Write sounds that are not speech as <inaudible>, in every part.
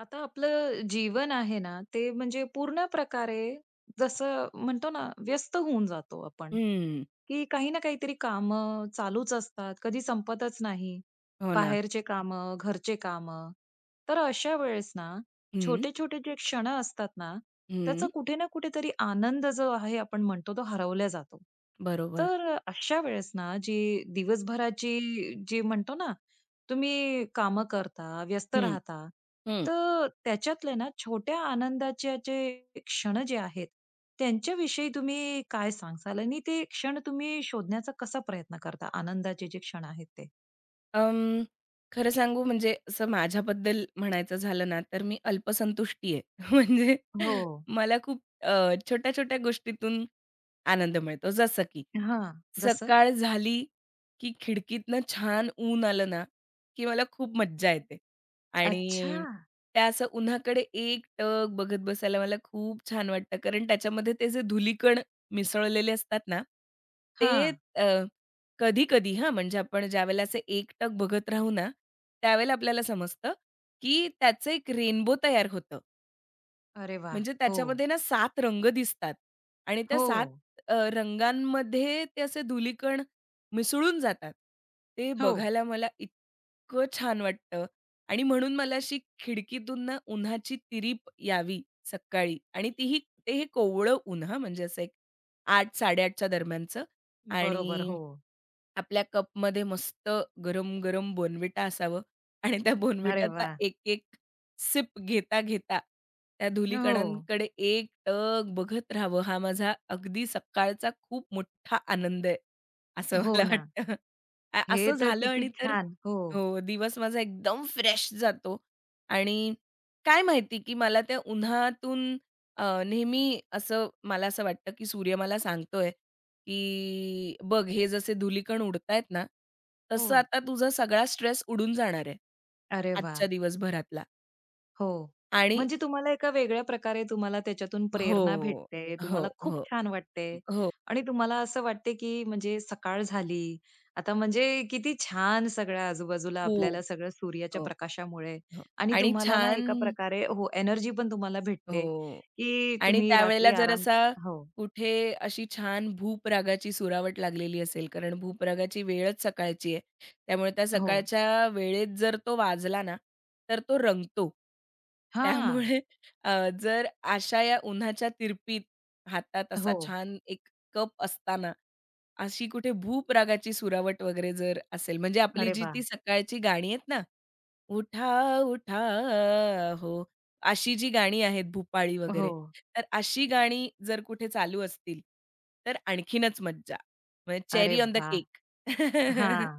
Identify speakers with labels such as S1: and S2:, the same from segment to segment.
S1: आता आपलं जीवन आहे ना, ते म्हणजे पूर्ण प्रकारे जसं म्हणतो ना, व्यस्त होऊन जातो आपण,
S2: हं.
S1: की काही ना काहीतरी काम, चालूच असतात, कधी संपतच नाही.
S2: हो ना.
S1: बाहेरचे कामं, घरचे काम. तर अशा वेळेस ना,
S2: हं.
S1: छोटे-छोटे जे क्षण असतात ना,
S2: हं.
S1: त्याचा कुठे ना कुठेतरी आनंद जो आहे आपण म्हणतो तो हरवला जातो.
S2: बरोबर.
S1: तर अशा वेळेस ना, जी दिवसभराची जी म्हणतो ना, तुम्ही कामं करता, व्यस्त
S2: हं.
S1: राहता,
S2: हं.
S1: तर त्याच्यातले ना छोट्या आनंदाचे जे क्षण जे आहेत, त्यांच्याविषयी तुम्ही काय सांगाल? आणि ते क्षण तुम्ही शोधण्याचा कसा प्रयत्न करता? आनंदाचे जे क्षण आहेत ते?
S2: अं, खरं सांगू म्हणजे असं माझ्याबद्दल म्हणायचं झालं ना, तर मी अल्पसंतुष्टी आहे. <laughs> म्हणजे
S1: हो.
S2: मला खूप छोट्या-छोट्या गोष्टीतून आनंद मिळतो. जसं की
S1: हां. जसं?
S2: सकाळ झाली, की खिडकीतनं छान ऊन आलं ना, की मला खूप मज्जा येते.
S1: अच्छा.
S2: आणि त्या असं उन्हाकडे एकटक बघत बसायला मला खूप छान वाटतं. कारण त्याच्यामध्ये ते जे धुलीकण मिसळलेले असतात ना, ते
S1: हां.
S2: कधी-कधी म्हणजे आपण ज्यावेळेला असे एकटक बघत राहू ना, त्यावेळेला आपल्याला समजतं, की त्याचं एक रेनबो तयार होतं.
S1: अरे वा.
S2: म्हणजे
S1: हो.
S2: त्याच्यामध्ये ना सात रंग दिसतात आणि त्या
S1: हो.
S2: सात रंगांमध्ये ते असे धुलीकण मिसळून जातात. ते
S1: हो.
S2: बघायला मला इतकं छान वाटतं आणि म्हणून मला अशी खिडकीतून ना उन्हाची तिरीप यावी सकाळी आणि तीही ते हे कोवळं ऊन म्हणजे असं एक 8, 8:30च्या दरम्यानचं
S1: बरोबर.
S2: आणि
S1: हो.
S2: आपल्या कपमध्ये मस्त गरम-गरम बोनविटा असावं आणि त्या
S1: अरे
S2: बोर्नव्हिटाचा
S1: वाह!
S2: एक-एक सिप घेता, घेता त्या
S1: हो.
S2: धुलीकणांकडे एकटक बघत राहावं, हा माझा अगदी सकाळचा खूप मोठा आनंद आहे, असं
S1: हो
S2: मला
S1: ना.
S2: वाटतं.
S1: हे
S2: असं
S1: तर
S2: झालं
S1: किती
S2: आणि तर
S1: छान. हो.
S2: हो, दिवस माझा एकदम फ्रेश जातो आणि काय माहिती की मला त्या उन्हातून नेहमी असं मला असं वाटतं की सूर्य मला सांगतोय की बघ हे जसे धुलीकण उडतायत ना, तसं
S1: हो.
S2: आता तुझा सगळा स्ट्रेस उडून जाणार आहे,
S1: अरे वाह!
S2: आजच्या दिवसभरातला.
S1: हो.
S2: आणि
S1: म्हणजे तुम्हाला एका वेगळ्या प्रकारे तुम्हाला त्याच्यातून
S2: हो,
S1: प्रेरणा भेटते.
S2: हो,
S1: तुम्हाला खूप
S2: हो,
S1: छान वाटते
S2: हो,
S1: आणि तुम्हाला असं वाटते, की म्हणजे सकाळ झाली. आता म्हणजे किती छान सगळ्या आजूबाजूला
S2: खूप.
S1: आपल्याला सगळं सूर्याच्या
S2: हो,
S1: प्रकाशामुळे
S2: हो
S1: आणि
S2: आणि
S1: तुम्हाला ना
S2: छान.
S1: एका प्रकारे हो, एनर्जी पण तुम्हाला भेटते,
S2: हो.
S1: की
S2: आणि
S1: तुम्ही
S2: त्यावेळेला
S1: रात्री
S2: जर
S1: आराम.
S2: असा
S1: हो,
S2: कुठे अशी छान भूपरागाची सुरावट लागलेली असेल, कारण भूपरागाची वेळच सकाळची आहे. त्यामुळे त्या
S1: हो.
S2: सकाळच्या वेळेत जर तो वाजला ना, तर तो रंगतो.
S1: हां.
S2: त्यामुळे अ, जर अशा या उन्हाच्या तिरपीत हातात असा
S1: हो.
S2: छान एक कप असताना, अशी कुठे भूपरागाची सुरावट वगैरे जर असेल, म्हणजे आपली
S1: अरे
S2: जी
S1: वाह!
S2: ती सकाळची गाणी आहेत ना, उठा, उठा. हो. अशी जी गाणी आहेत भूपाळी
S1: हो.
S2: वगैरे, तर अशी गाणी जर कुठे चालू असतील, तर आणखीनच मज्जा. म्हणजे
S1: अरे
S2: चेरी ऑन द
S1: वाह!
S2: केक. <laughs>
S1: हां.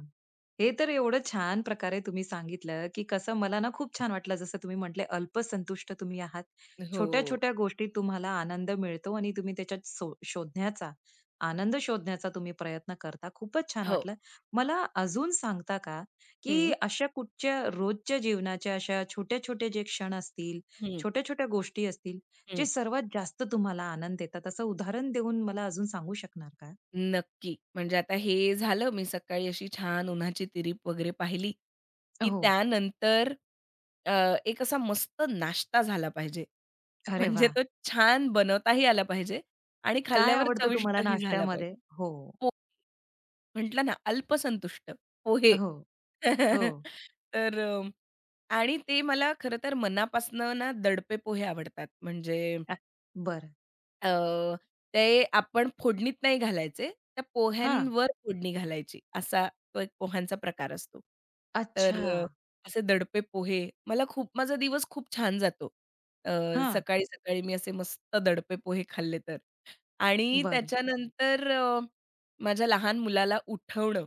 S1: हे तर एवढं छान प्रकारे तुम्ही सांगितलं, की कसं मला ना खूप छान वाटलं. जसं तुम्ही म्हटले अल्पसंतुष्ट तुम्ही आहात.
S2: हो.
S1: छोट्या-छोट्या गोष्टीत तुम्हाला आनंद मिळतो आणि तुम्ही त्याच्यात सो शोधण्याचा, आनंद शोधण्याचा तुम्ही प्रयत्न करता. खूपच छान
S2: हो.
S1: वाटलं. मला अजून सांगता का, की
S2: हं.
S1: अशा कुठच्या रोजच्या जीवनाच्या अशा छोट्या-छोट्या जे क्षण असतील,
S2: हं,
S1: छोट्या-छोट्या गोष्टी असतील, जे
S2: हं.
S1: सर्वात जास्त तुम्हाला आनंद देतात, असं उदाहरण देऊन मला अजून सांगू शकणार का?
S2: नक्की. म्हणजे आता हे झालं मी सकाळी अशी छान उन्हाची तिरीप वगैरे पाहिली, की
S1: हो.
S2: त्यानंतर अ, एक असा मस्त नाश्ता झाला पाहिजे.
S1: अरे
S2: म्हणजे
S1: वाह!
S2: तो छान बनवताही आला पाहिजे आणि
S1: काय
S2: खाल्ल्यावर
S1: आवडतं तुम्हाला
S2: चविष्टही झाला पाहिजे.
S1: नाश्त्यामध्ये? हो,
S2: पो म्हटलं ना अल्पसंतुष्ट पोहे.
S1: हो,
S2: <laughs>
S1: हो.
S2: तर आणि ते मला खरं तर मनापासनं ना दडपे पोहे आवडतात. म्हणजे
S1: अ, बरं.
S2: अ, ते आपण फोडणीत नाही घालायचे. त्या
S1: हां.
S2: पोह्यांवर फोडणी घालायची असा तो एक पोह्यांचा प्रकार असतो. तर
S1: अच्छा.
S2: अ, असे दडपे पोहे मला खूप माझा दिवस खूप छान जातो. अ,
S1: हां.
S2: सकाळी-सकाळी मी असे मस्त दडपे पोहे खाल्ले तर. आणि
S1: बर,
S2: त्याच्यानंतर माझ्या लहान मुलाला उठवणं,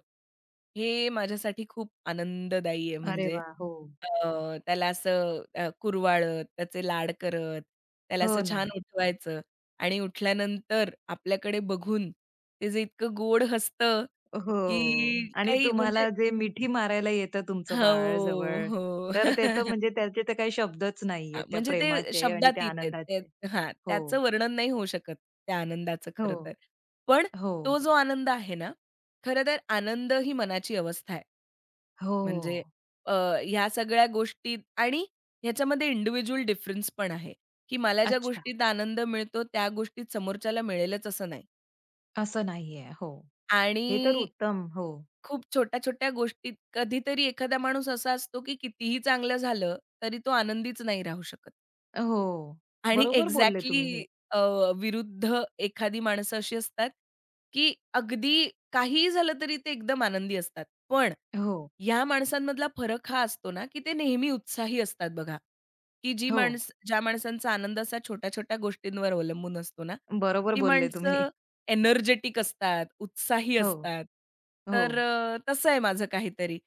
S2: हे माझ्यासाठी खूप आनंददायी आहे.
S1: अरे
S2: म्हणजे
S1: वा, हो.
S2: अ, त्याला असं कुरवाळत, त्याचे लाड करत, त्याला असं
S1: हो ना.
S2: छान उठवायचं. आणि उठल्यानंतर आपल्याकडे बघून ते जे इतकं गोड हसतं, की
S1: हो.
S2: हं.
S1: आणि
S2: काही म्हणजे
S1: तुम्हाला जे मिठी मारायला येतं तुमचं बाळ
S2: हो,
S1: जवळ,
S2: हो.
S1: तर त्याचं
S2: <laughs>
S1: म्हणजे त्याचे तर काही शब्दच
S2: हां,
S1: नाहीयेत त्या
S2: म्हणजे ते
S1: प्रेमाचे आणि त्या
S2: शब्दातीत आहेत.
S1: आनंदाचे.
S2: ते हां,
S1: हो,
S2: त्याचं वर्णन नाही होऊ शकत त्या आनंदाचं
S1: हो,
S2: खरं तर. पण
S1: हो,
S2: तो जो आनंद आहे ना, खरं तर आनंद ही मनाची अवस्था आहे.
S1: हो.
S2: म्हणजे अ, ह्या सगळ्या गोष्टीत आणि ह्याच्यामध्ये इंडिव्हिज्युअल डिफरन्स पण आहे, की मला ज्या
S1: अच्छा.
S2: गोष्टीत आनंद मिळतो त्या गोष्टीत समोरच्याला मिळेलच असं नाही.
S1: असं नाहीये. हो.
S2: आणि
S1: हे तर उत्तम. हो,
S2: खूप छोट्या-छोट्या गोष्टीत कधीतरी एखादा माणूस असा असतो, की कितीही चांगलं झालं, तरी तो आनंदीच नाही राहू शकत.
S1: हो.
S2: आणि
S1: बरोबर बोलले तुम्ही हे.
S2: एक्झॅक्टली विरुद्ध एखादी माणसं अशी असतात, की अगदी काहीही झालं तरी ते एकदम आनंदी असतात. पण
S1: हो,
S2: या माणसांमधला फरक हा असतो ना, की ते नेहमी उत्साही असतात बघा, की जी
S1: हो.
S2: माणसं ज्या माणसांचा आनंद असा छोट्या-छोट्या गोष्टींवर अवलंबून असतो ना,
S1: बरोबर
S2: ती
S1: बोलले तुम्ही.
S2: माणसं एनर्जेटिक असतात, उत्साही
S1: हो,
S2: असतात.
S1: हो.
S2: तर तसं आहे माझं काहीतरी.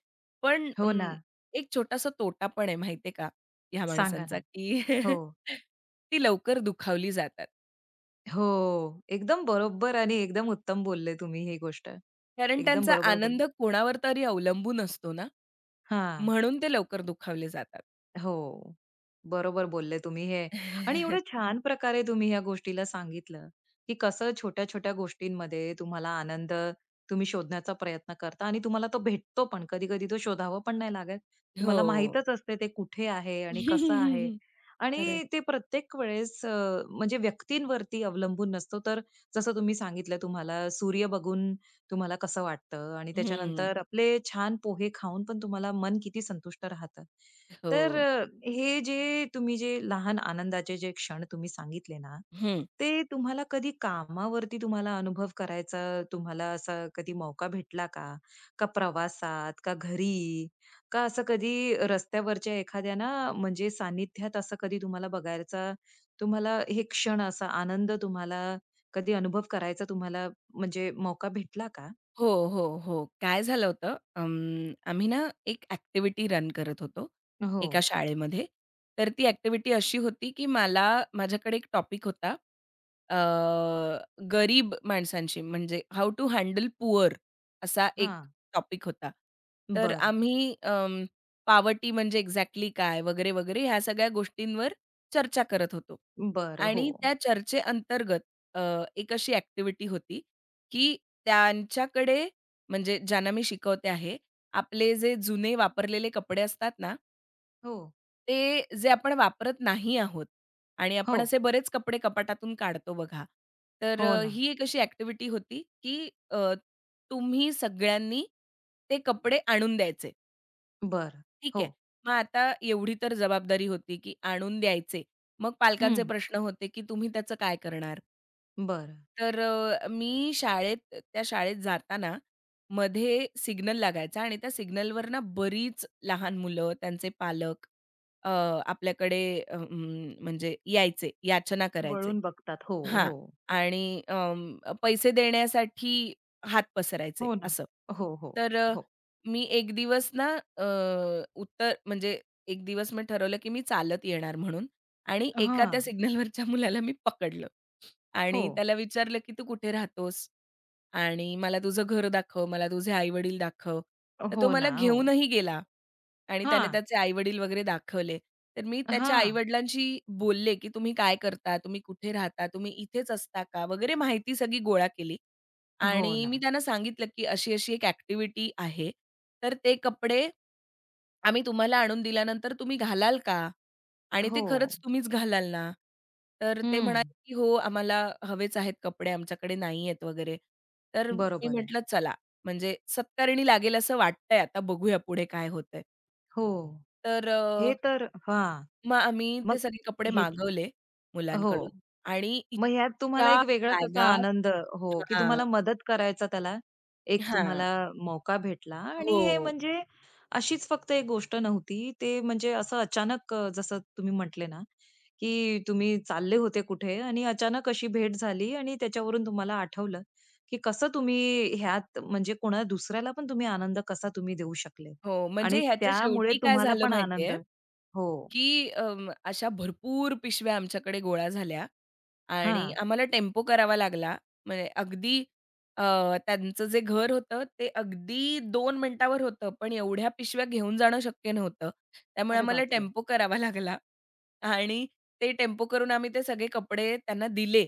S2: पण
S1: हो ना.
S2: अं, एक छोटासा तोटा पण आहे माहिती का, ह्या
S1: सांगा
S2: माणसांचा,
S1: ना.
S2: की
S1: हो.
S2: <laughs> ती लवकर दुखावली जातात.
S1: हो. एकदम बरोबर आणि एकदम उत्तम बोलले तुम्ही ही गोष्ट.
S2: कारण
S1: एकदम
S2: त्यांचा
S1: बरोबर बोलले.
S2: आनंद कोणावर तरी अवलंबून असतो ना,
S1: हां.
S2: म्हणून ते लवकर दुखावले जातात.
S1: हो. बरोबर बोलले तुम्ही हे आणि
S2: <laughs>
S1: एवढं छान प्रकारे तुम्ही या गोष्टीला सांगितलं, की कसं छोट्या-छोट्या गोष्टींमध्ये तुम्हाला आनंद तुम्ही शोधण्याचा प्रयत्न करता आणि तुम्हाला तो भेटतो पण. कधी-कधी तो शोधावा पण नाही लागत. तुम्हाला
S2: हो.
S1: माहीतच असते ते कुठे आहे आणि कसं आहे
S2: <laughs> खरंय.
S1: आणि ते प्रत्येक वेळेस म्हणजे व्यक्तींवरती अवलंबून नसतो. तर जसं तुम्ही सांगितलं तुम्हाला सूर्य बघून तुम्हाला कसं वाटतं आणि
S2: हं.
S1: त्याच्यानंतर आपले छान पोहे खाऊन पण तुम्हाला मन किती संतुष्ट राहतं. तर
S2: हो.
S1: हे जे तुम्ही जे लहान आनंदाचे जे क्षण तुम्ही सांगितले ना, ते तुम्हाला कधी कामावरती तुम्हाला अनुभव करायचा तुम्हाला असा कधी मौका भेटला का? का प्रवासात, का घरी, का असं कधी रस्त्यावरच्या एखाद्या ना म्हणजे सानिध्यात असं कधी तुम्हाला बघायचा तुम्हाला हे क्षण असा आनंद तुम्हाला कधी अनुभव करायचा तुम्हाला म्हणजे मौका भेटला का?
S2: हो, हो, हो. काय झालं होतं, आम्ही ना एक ॲक्टिव्हिटी रन करत होतो
S1: हो.
S2: एका शाळेमध्ये. तर ती ॲक्टिव्हिटी अशी होती, की मला माझ्याकडे एक टॉपिक होता. अ, गरीब माणसांशी म्हणजे हाऊ टू हँडल पुअर असा एक
S1: हां.
S2: टॉपिक होता. तर
S1: बरं.
S2: आम्ही अं, पॉवर्टी म्हणजे एक्झॅक्टली काय वगैरे, वगैरे ह्या सगळ्या गोष्टींवर चर्चा करत होतो
S1: बरं.
S2: आणि
S1: हो.
S2: त्या चर्चेअंतर्गत अ, एक अशी ॲक्टिव्हिटी होती, त्यांच्याकडे म्हणजे ज्यांना मी शिकवते आहे, आपले जे जुने वापरलेले कपडे असतात ना,
S1: हो.
S2: ते जे आपण वापरत नाही आहोत आणि
S1: हो.
S2: आपण असे बरेच कपडे कपाटातून काढतो बघा. तर
S1: हो
S2: अ,
S1: ना.
S2: ही एक अशी ॲक्टिव्हिटी होती, की तुम्ही सगळ्यांनी ते कपडे आणून द्यायचे.
S1: बर.
S2: ठीक आहे.
S1: हो.
S2: मग आता एवढी तर जबाबदारी होती, की आणून द्यायचे. मग पालकांचे
S1: हं.
S2: प्रश्न होते, की तुम्ही त्याचं काय करणार?
S1: बरं.
S2: तर मी शाळेत त्या शाळेत जाताना मध्ये सिग्नल लागायचा आणि त्या सिग्नलवर ना बरीच लहान मुलं, त्यांचे पालक अ, आपल्याकडे म्हणजे यायचे, याचना करायचे.
S1: वळून बघतात. हो,
S2: हां.
S1: हो.
S2: आणि पैसे देण्यासाठी हात पसरायचे
S1: हो ना.
S2: असं.
S1: हो, हो,
S2: तर
S1: हो.
S2: मी एक दिवस ना अ, उत्तर म्हणजे एक दिवस मी ठरवलं, की मी चालत येणार म्हणून आणि एका त्या
S1: हां.
S2: सिग्नलवरच्या मुलाला मी पकडलं
S1: हो.
S2: आणि त्याला विचारलं, की "तू कुठे राहतोस? आणि मला तुझं घर दाखव, मला तुझे आई-वडील दाखव." तर तो
S1: हो
S2: मला
S1: ना. हो.
S2: घेऊनही गेला. आणि त्याने
S1: हां,
S2: त्याचे आई-वडील वगैरे दाखवले. तर मी त्याच्या
S1: हां.
S2: आई-वडिलांशी बोलले, की "तुम्ही काय करता? तुम्ही कुठे राहता? तुम्ही इथेच असता का?" वगैरे माहिती सगळी गोळा केली.
S1: हो
S2: आणि
S1: ना.
S2: मी त्यांना सांगितलं, की अशी-अशी एक ॲक्टिव्हिटी आहे. तर ते कपडे आम्ही तुम्हाला आणून दिल्यानंतर तुम्ही घालाल का? आणि ते
S1: हो.
S2: खरंच तुम्हीच घालाल ना? तर ते
S1: हं.
S2: म्हणाले, की "हो, आम्हाला हवेच आहेत कपडे, आमच्याकडे नाहीयेत" वगैरे. तर मी
S1: बरोबर आहे.
S2: म्हटलं, "चला, म्हणजे सत्कारणी लागेल असं वाटतंय. आता बघूया पुढे काय होतंय."
S1: हो.
S2: तर
S1: हे तर हां.
S2: मग आम्ही ते
S1: मग
S2: सगळे कपडे
S1: हेच
S2: मागवले
S1: हो.
S2: मुलांकडून आणि
S1: मग ह्यात तुम्हाला
S2: इतक्या
S1: एक वेगळाच असा
S2: बॅगा
S1: आनंद हो, की
S2: हां,
S1: तुम्हाला मदत करायचा त्याला एक
S2: हां.
S1: तुम्हाला मौका भेटला आणि हे
S2: हो,
S1: म्हणजे अशीच फक्त एक गोष्ट नव्हती. ते म्हणजे असं अचानक जसं तुम्ही म्हटले ना, की तुम्ही चालले होते कुठे आणि अचानक अशी भेट झाली आणि त्याच्यावरून तुम्हाला आठवलं, की कसं तुम्ही ह्यात म्हणजे कोणा दुसऱ्याला पण तुम्ही आनंद कसा तुम्ही देऊ शकले
S2: हो. म्हणजे
S1: आणि
S2: ह्याच्या
S1: त्यामुळे
S2: शेवटी काय
S1: तुम्हाला
S2: झालं
S1: पण आनंद.
S2: माहितीये,
S1: हो.
S2: की अशा भरपूर पिशव्या आमच्याकडे गोळा झाल्या आणि
S1: हां.
S2: आम्हाला टेम्पो करावा लागला. म्हणजे अगदी अ, त्यांचं जे घर होतं ते अगदी 2 मिनिटावर होतं, पण एवढ्या पिशव्या घेऊन जाणं शक्य नव्हतं. त्यामुळे
S1: अरे
S2: आम्हाला
S1: बापरे!
S2: टेम्पो करावा लागला आणि ते टेम्पो करून आम्ही ते सगळे कपडे त्यांना दिले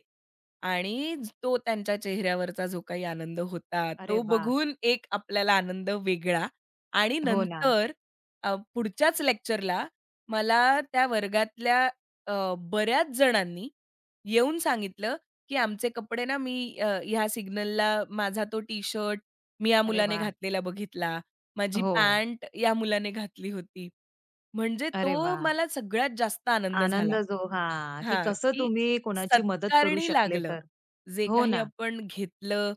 S2: आणि तो त्यांच्या चेहऱ्यावरचा जो काही आनंद होता,
S1: अरे
S2: तो
S1: वाह!
S2: बघून एक आपल्याला आनंद वेगळा. आणि
S1: हो ना.
S2: नंतर अ, पुढच्याच लेक्चरला मला त्या वर्गातल्या बऱ्याच जणांनी येऊन सांगितलं, की "आमचे कपडे ना मी ह्या सिग्नलला माझा तो टी-शर्ट मी या
S1: अरे
S2: मुलाने
S1: वाह!
S2: घातलेला बघितला. माझी
S1: हो.
S2: पॅन्ट या मुलाने घातली होती." म्हणजे
S1: अरे
S2: तो
S1: वा,
S2: मला सगळ्यात जास्त आनंद
S1: आनंद
S2: झाला.
S1: जो हां, की
S2: हां,
S1: कसं
S2: की
S1: तुम्ही कोणाची मदत करू
S2: सत्कारणी
S1: शकले
S2: लागलं.
S1: तर.
S2: जे
S1: हो
S2: काही
S1: ना.
S2: आपण घेतलं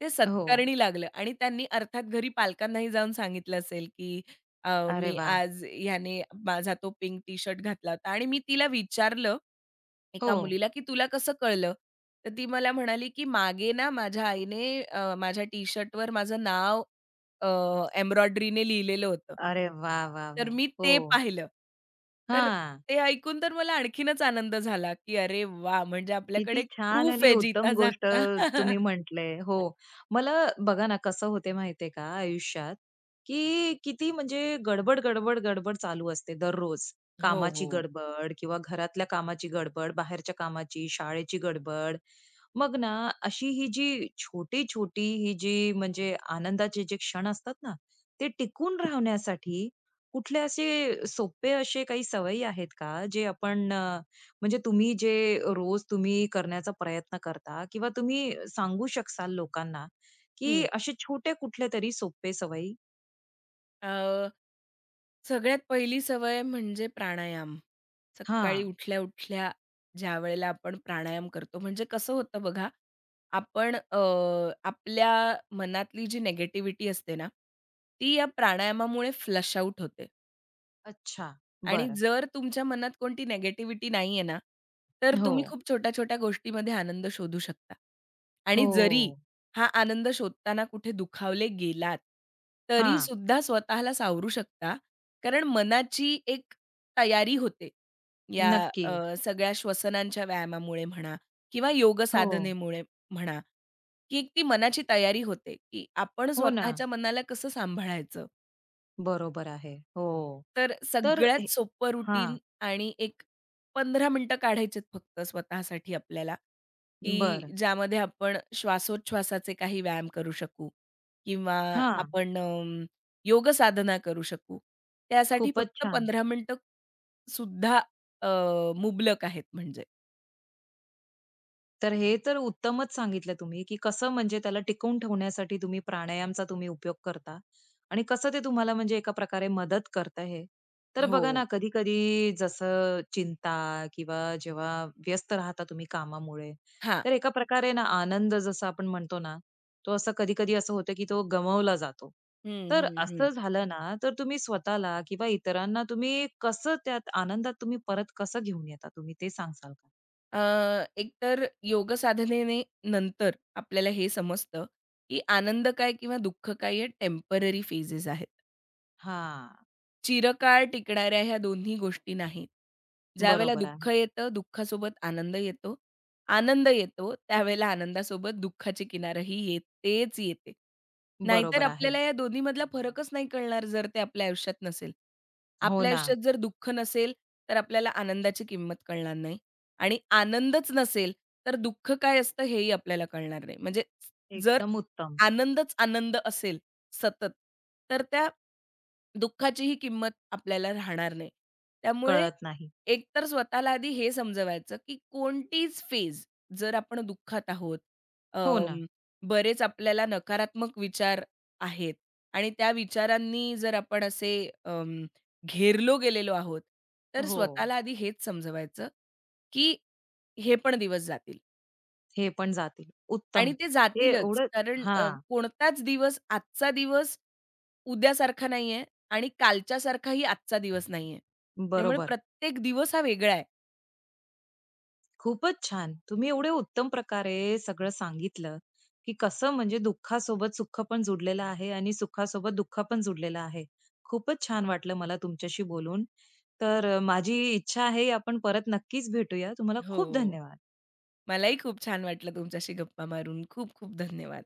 S2: ते
S1: हो.
S2: सत्कारणी लागलं आणि त्यांनी अर्थात घरी पालकांनाही जाऊन सांगितलं असेल, की
S1: अरे
S2: "मी
S1: वा,
S2: आज ह्याने माझा तो पिंक टी-शर्ट घातला होता" आणि मी तिला विचारलं
S1: हो.
S2: एका मुलीला, की "तुला कसं कळलं?" तर ती मला म्हणाली, की "मागे ना माझ्या आईने माझ्या टी-शर्टवर माझं नाव अ, एम्ब्रॉयडरीने लिहिलेलं होतं.
S1: अरे वा, वा,
S2: तर
S1: वाह!
S2: मी
S1: हो.
S2: ते पाहिलं." तर
S1: हां.
S2: ते ऐकून तर मला आणखीनच आनंद झाला, की "अरे वा, म्हणजे आपल्याकडे
S1: किती
S2: एक
S1: छान
S2: प्रूफ
S1: आणि
S2: आहे जिता
S1: उत्तम गोष्ट
S2: जागता."
S1: तुम्ही
S2: <laughs>
S1: म्हटलंय. हो. मला बघा ना कसं होते माहितीये का आयुष्यात, की किती म्हणजे गडबड, गडबड, गडबड चालू असते दररोज.
S2: हो,
S1: कामाची
S2: हो.
S1: गडबड किंवा घरातल्या कामाची गडबड, बाहेरच्या कामाची, शाळेची गडबड. मग ना अशी ही जी छोटी-छोटी ही जी म्हणजे आनंदाचे जे क्षण असतात ना, ते टिकून राहण्यासाठी कुठले असे सोपे असे काही सवयी आहेत का जे आपण म्हणजे तुम्ही जे रोज तुम्ही करण्याचा प्रयत्न करता किंवा तुम्ही सांगू शकाल लोकांना, की
S2: हं.
S1: असे छोटे कुठले तरी सोपे सवयी?
S2: सगळ्यात पहिली सवय म्हणजे प्राणायाम. सकाळी
S1: हां.
S2: उठल्या-उठल्या ज्यावेळेला आपण प्राणायाम करतो, म्हणजे कसं होतं बघा, आपण आपल्या मनातली जी निगेटिव्हिटी असते ना, ती या प्राणायामामुळे फ्लश आउट होते.
S1: अच्छा.
S2: आणि
S1: बर,
S2: जर तुमच्या मनात कोणती निगेटिव्हिटी नाहीये ना, तर
S1: हो.
S2: तुम्ही खूप छोट्या-छोट्या गोष्टीमध्ये आनंद शोधू शकता. आणि जरी
S1: हो.
S2: हा आनंद शोधताना कुठे दुखावले गेलात, तरी
S1: हां.
S2: सुद्धा स्वतःला सावरू शकता. कारण मनाची एक तयारी होते या
S1: नक्की.
S2: सगळ्या श्वसनांच्या व्यायामामुळे म्हणा किंवा योग
S1: हो.
S2: साधनेमुळे म्हणा, की एक ती मनाची तयारी होते, की आपण
S1: हो ना.
S2: स्वतःच्या मनाला कसं सांभाळायचं.
S1: बरोबर आहे. हो.
S2: तर
S1: तर हे
S2: सगळ्यात सोपं रुटीन
S1: हां.
S2: आणि एक 15 मिनिटं काढायचेत फक्त स्वतःसाठी आपल्याला,
S1: बर,
S2: की ज्यामध्ये आपण श्वासोच्छवासाचे काही व्यायाम करू शकू किंवा
S1: हां.
S2: आपण योग साधना करू शकू. त्यासाठी
S1: खूपच
S2: फक्त
S1: छान.
S2: 15 मिनिटं सुद्धा अ, मुबलक आहेत म्हणजे.
S1: तर हे तर उत्तमच सांगितलं तुम्ही, की कसं म्हणजे त्याला टिकवून ठेवण्यासाठी तुम्ही प्राणायामचा तुम्ही उपयोग करता आणि कसं ते तुम्हाला म्हणजे एका प्रकारे मदत करतं हे. तर
S2: हो.
S1: बघा ना, कधी-कधी जसं चिंता किंवा जेव्हा व्यस्त राहता तुम्ही कामामुळे,
S2: हां.
S1: तर एका प्रकारे ना आनंद जसं आपण म्हणतो ना, तो असं कधी-कधी असं होतं, की तो गमावला जातो.
S2: हं,
S1: तर
S2: हं, हं.
S1: असं झालं ना, तर तुम्ही स्वतःला किंवा इतरांना तुम्ही कसं त्यात आनंदात तुम्ही परत कसं घेऊन येता तुम्ही ते सांगाल का?
S2: अ, एकतर योग साधनेने नंतर आपल्याला हे समजतं, की आनंद काय किंवा दुःख काय हे टेम्पररी फेजेस आहेत.
S1: हां,
S2: चिरकाळ टिकणाऱ्या ह्या दोन्ही गोष्टी नाहीत. ज्यावेळेला
S1: बरोबर
S2: दुःख
S1: आहे.
S2: येतं, दुःखासोबत आनंद येतो. आनंद येतो, त्यावेळेला आनंदासोबत दुःखाची किनारही येतेच येते. नाहीतर
S1: बरोबर आहे.
S2: आपल्याला या दोन्हीमधला फरकच नाही कळणार जर ते आपल्या आयुष्यात नसेल.
S1: हो
S2: आपल्या
S1: ना.
S2: आयुष्यात जर दुःख नसेल, तर आपल्याला आनंदाची किंमत कळणार नाही आणि आनंदच नसेल, तर दुःख काय असतं हेही आपल्याला कळणार नाही. म्हणजे जर
S1: एकदम उत्तम.
S2: आनंदच आनंद असेल, सतत. तर त्या दुःखाचीही किंमत आपल्याला राहणार नाही. त्यामुळे
S1: कळत नाही.
S2: एकतर स्वतःला आधी हे समजवायचं, की कोणतीच फेज जर आपण दुःखात आहोत,
S1: हो
S2: अं,
S1: ना.
S2: बरेच आपल्याला नकारात्मक विचार आहेत आणि त्या विचारांनी जर आपण असे अं, घेरलो गेलेलो आहोत, तर
S1: हो.
S2: स्वतःला आधी हेच समजवायचं, की हे पण दिवस जातील.
S1: हे पण जातील. उत्तम.
S2: आणि ते
S1: हे
S2: जातीलच.
S1: एवढं
S2: कारण
S1: हां.
S2: कोणताच दिवस आजचा दिवस उद्यासारखा नाहीये आणि कालच्यासारखाही आजचा दिवस नाहीये. त्यामुळे
S1: बरोबर.
S2: प्रत्येक दिवस हा वेगळा आहे.
S1: खूपच छान. तुम्ही एवढे उत्तम प्रकारे सगळं सांगितलं, की कसं म्हणजे दुःखासोबत सुख पण जुडलेलं आहे आणि सुखासोबत दुःख पण जुडलेलं आहे. खूपच छान वाटलं मला तुमच्याशी बोलून. तर माझी इच्छा आहे आपण परत नक्कीच भेटूया. तुम्हाला
S2: हो.
S1: खूप धन्यवाद.
S2: मलाही खूप छान वाटलं तुमच्याशी गप्पा मारून. खूप खूप धन्यवाद.